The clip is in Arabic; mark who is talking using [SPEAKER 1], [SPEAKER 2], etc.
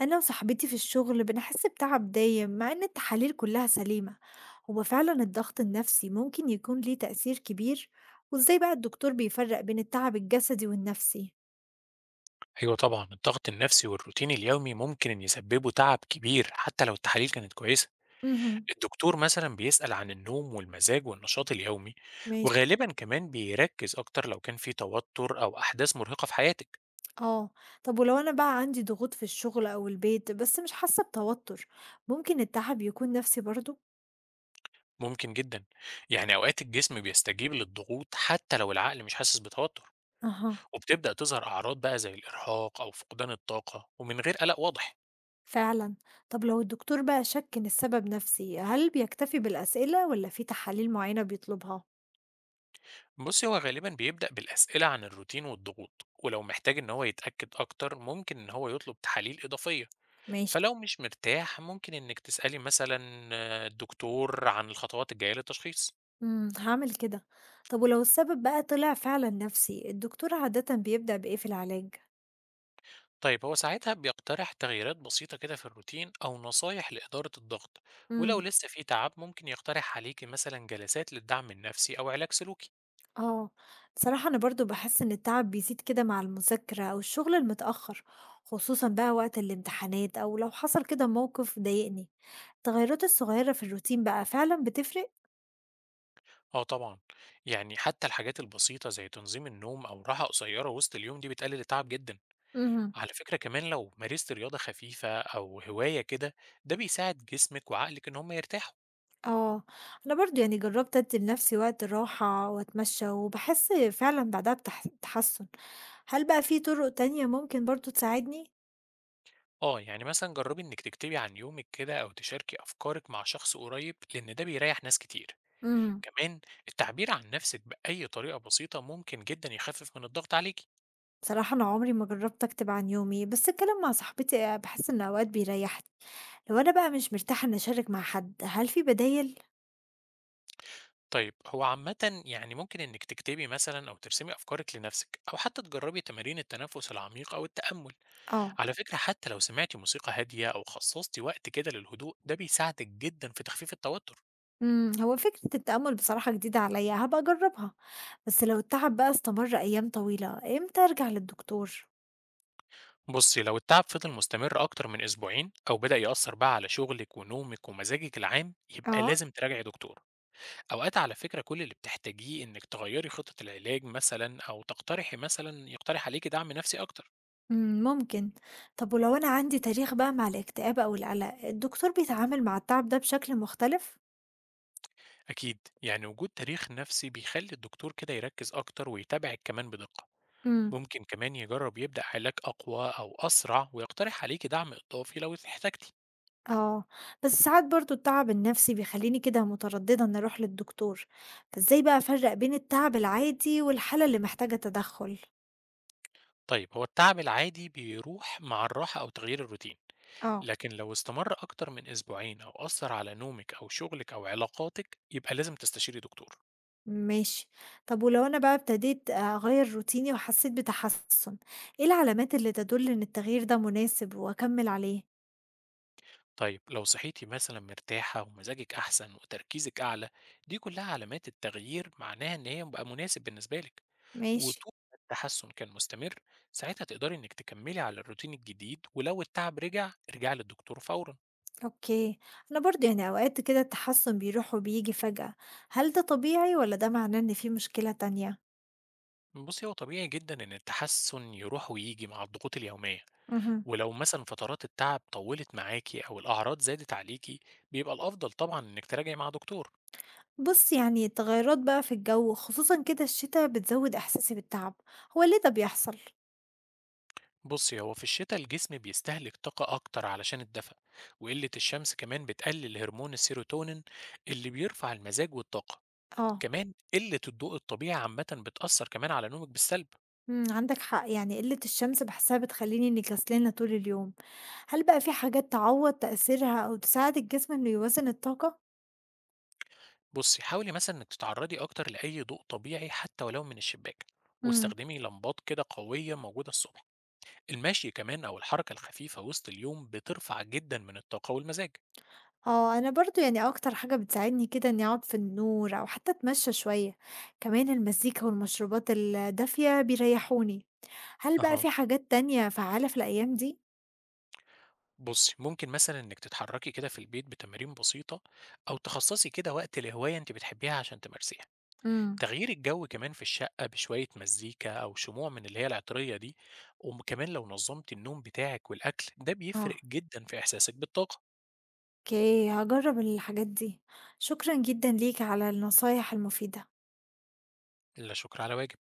[SPEAKER 1] أنا وصاحبتي في الشغل بنحس بتعب دايم مع إن التحاليل كلها سليمة. هو فعلا الضغط النفسي ممكن يكون ليه تأثير كبير. وإزاي بقى الدكتور بيفرق بين التعب الجسدي والنفسي؟
[SPEAKER 2] أيوه طبعًا، الضغط النفسي والروتين اليومي ممكن إن يسببوا تعب كبير حتى لو التحاليل كانت كويسة.
[SPEAKER 1] مهم.
[SPEAKER 2] الدكتور مثلًا بيسأل عن النوم والمزاج والنشاط اليومي،
[SPEAKER 1] ماشي.
[SPEAKER 2] وغالبًا كمان بيركز أكتر لو كان في توتر أو أحداث مرهقة في حياتك.
[SPEAKER 1] اه. طب ولو أنا بقى عندي ضغوط في الشغل أو البيت بس مش حاسة بتوتر، ممكن التعب يكون نفسي برضو؟
[SPEAKER 2] ممكن جدًا، يعني أوقات الجسم بيستجيب للضغوط حتى لو العقل مش حاسس بتوتر،
[SPEAKER 1] أها.
[SPEAKER 2] وبتبدأ تظهر أعراض بقى زي الإرهاق أو فقدان الطاقة ومن غير قلق واضح.
[SPEAKER 1] فعلا. طب لو الدكتور بقى شك إن السبب نفسي، هل بيكتفي بالأسئلة ولا في تحاليل معينة بيطلبها؟
[SPEAKER 2] بصي هو غالبا بيبدأ بالأسئلة عن الروتين والضغوط، ولو محتاج إن هو يتأكد أكتر ممكن إن هو يطلب تحاليل إضافية.
[SPEAKER 1] ماشي.
[SPEAKER 2] فلو مش مرتاح ممكن إنك تسألي مثلا الدكتور عن الخطوات الجاية للتشخيص.
[SPEAKER 1] إمم، هاعمل كده. طب ولو السبب بقى طلع فعلًا نفسي، الدكتور عادةً بيبدأ بإيه في العلاج؟
[SPEAKER 2] طيب هو ساعتها بيقترح تغييرات بسيطة كده في الروتين أو نصايح لإدارة الضغط، ولو
[SPEAKER 1] إمم.
[SPEAKER 2] لسه في تعب ممكن يقترح عليكي مثلا جلسات للدعم النفسي أو علاج سلوكي.
[SPEAKER 1] آه، بصراحة أنا برضه باحس إن التعب بيزيد كده مع المذاكرة أو الشغل المتأخر، خصوصًا بقى وقت الامتحانات أو لو حصل كده موقف ضايقني. التغيرات الصغيرة في الروتين بقى فعلًا بتفرق؟
[SPEAKER 2] اه طبعا، يعني حتى الحاجات البسيطة زي تنظيم النوم أو راحة قصيرة وسط اليوم دي بتقلل التعب جدا.
[SPEAKER 1] اهم.
[SPEAKER 2] على فكرة كمان لو مارست رياضة خفيفة أو هواية كده، ده بيساعد جسمك وعقلك إن هما يرتاحوا.
[SPEAKER 1] آه، أنا برضه يعني جربت أدي لنفسي وقت راحة وأتمشى وباحس فعلًا بعدها تحسُّن. هل بقى في طرق تانية ممكن برضه تساعدني؟
[SPEAKER 2] اه يعني مثلا جربي إنك تكتبي عن يومك كده أو تشاركي أفكارك مع شخص قريب، لأن ده بيريح ناس كتير.
[SPEAKER 1] إمم.
[SPEAKER 2] كمان التعبير عن نفسك بأي طريقة بسيطة ممكن جدا يخفف من الضغط عليكي.
[SPEAKER 1] بصراحة أنا عمري ما جربت أكتب عن يومي، بس الكلام مع صاحبتي، آه، بحس إن أوقات بيريحني. لو أنا بقى مش مرتاحة إني أشارك مع حد، هل في بدايل؟
[SPEAKER 2] طيب هو عامة يعني ممكن إنك تكتبي مثلا أو ترسمي أفكارك لنفسك، أو حتى تجربي تمارين التنفس العميق أو التأمل.
[SPEAKER 1] آه.
[SPEAKER 2] على فكرة حتى لو سمعتي موسيقى هادية أو خصصتي وقت كده للهدوء، ده بيساعدك جدا في تخفيف التوتر.
[SPEAKER 1] هو فكرة التأمل بصراحة جديدة عليا، هبقى أجربها. بس لو التعب بقى استمر أيام طويلة، إمتى أرجع للدكتور؟
[SPEAKER 2] بصي لو التعب فضل مستمر أكتر من أسبوعين أو بدأ يأثر بقى على شغلك ونومك ومزاجك العام، يبقى
[SPEAKER 1] آه.
[SPEAKER 2] لازم تراجعي دكتور. أوقات على فكرة كل اللي بتحتاجيه إنك تغيري خطة العلاج مثلا، أو تقترحي مثلا يقترح عليكي دعم نفسي أكتر.
[SPEAKER 1] ممكن. طب ولو أنا عندي تاريخ بقى مع الاكتئاب أو القلق، الدكتور بيتعامل مع التعب ده بشكل مختلف؟
[SPEAKER 2] أكيد، يعني وجود تاريخ نفسي بيخلي الدكتور كده يركز أكتر ويتابعك كمان بدقة.
[SPEAKER 1] امم.
[SPEAKER 2] ممكن كمان يجرب يبدأ علاج أقوى أو أسرع ويقترح عليكي دعم إضافي لو احتجتي.
[SPEAKER 1] آه، بس ساعات برضه التعب النفسي بيخلّيني كده مترددة إني أروح للدكتور، فإزاي بقى أفرّق بين التعب العادي والحالة اللي محتاجة تدخُّل؟
[SPEAKER 2] طيب هو التعب العادي بيروح مع الراحة أو تغيير الروتين،
[SPEAKER 1] آه.
[SPEAKER 2] لكن لو استمر أكتر من أسبوعين أو أثر على نومك أو شغلك أو علاقاتك يبقى لازم تستشيري دكتور.
[SPEAKER 1] ماشي، طب ولو أنا بقى ابتديت أغيّر روتيني وحسيت بتحسُّن، إيه العلامات اللي تدُل إن التغيير ده مناسب وأكمّل عليه؟
[SPEAKER 2] طيب لو صحيتي مثلا مرتاحة ومزاجك أحسن وتركيزك أعلى، دي كلها علامات التغيير، معناها إن هي بقى مناسب بالنسبة لك.
[SPEAKER 1] ماشي.
[SPEAKER 2] وطول ما التحسن كان مستمر، ساعتها تقدري إنك تكملي على الروتين الجديد، ولو التعب رجع ارجعي للدكتور فورا.
[SPEAKER 1] أوكي، أنا برضه يعني أوقات كده التحسُّن بيروح وبييجي فجأة، هل ده طبيعي والّا ده معناه إن في مشكلة تانية؟
[SPEAKER 2] بصي هو طبيعي جدا إن التحسن يروح ويجي مع الضغوط اليومية.
[SPEAKER 1] اهم.
[SPEAKER 2] ولو مثلا فترات التعب طولت معاكي أو الأعراض زادت عليكي، بيبقى الأفضل طبعا إنك تراجعي مع دكتور.
[SPEAKER 1] بُص يعني التغيرات بقى في الجو، خصوصًا كده الشتا بتزود إحساسي بالتعب، هو ليه ده بيحصل؟
[SPEAKER 2] بصي هو في الشتاء الجسم بيستهلك طاقة أكتر علشان الدفء، وقلة الشمس كمان بتقلل هرمون السيروتونين اللي بيرفع المزاج والطاقة.
[SPEAKER 1] آه.
[SPEAKER 2] كمان قلة الضوء الطبيعي عامة بتأثر كمان على نومك بالسلب.
[SPEAKER 1] عندك حق يعني قلة الشمس باحسها بتخليني إني كسلانة طول اليوم، هل بقى في حاجات تعوض تأثيرها أو تساعد الجسم إنه يوازن الطاقة؟
[SPEAKER 2] بصي حاولي مثلا إنك تتعرضي أكتر لأي ضوء طبيعي حتى ولو من الشباك،
[SPEAKER 1] إمم.
[SPEAKER 2] واستخدمي لمبات كده قوية موجودة الصبح. المشي كمان أو الحركة الخفيفة وسط اليوم بترفع جدا من الطاقة والمزاج.
[SPEAKER 1] آه، أنا برضه يعني أكتر حاجة بتساعدني كده إني أقعد في النور أو حتى أتمشى شوية، كمان المزيكا والمشروبات الدافية بيريحوني، هل بقى
[SPEAKER 2] اها،
[SPEAKER 1] في حاجات تانية فعّالة في الأيام دي؟
[SPEAKER 2] بصي ممكن مثلا إنك تتحركي كده في البيت بتمارين بسيطة، أو تخصصي كده وقت لهواية أنت بتحبيها عشان تمارسيها.
[SPEAKER 1] إمم.
[SPEAKER 2] تغيير الجو كمان في الشقة بشوية مزيكا أو شموع من اللي هي العطرية دي، وكمان لو نظمت النوم بتاعك والأكل ده بيفرق
[SPEAKER 1] آه.
[SPEAKER 2] جدا في إحساسك بالطاقة.
[SPEAKER 1] أوكي، هاجرّب الحاجات دي. شكرًا جدًا ليك على النصايح المفيدة.
[SPEAKER 2] لا شكر على واجب.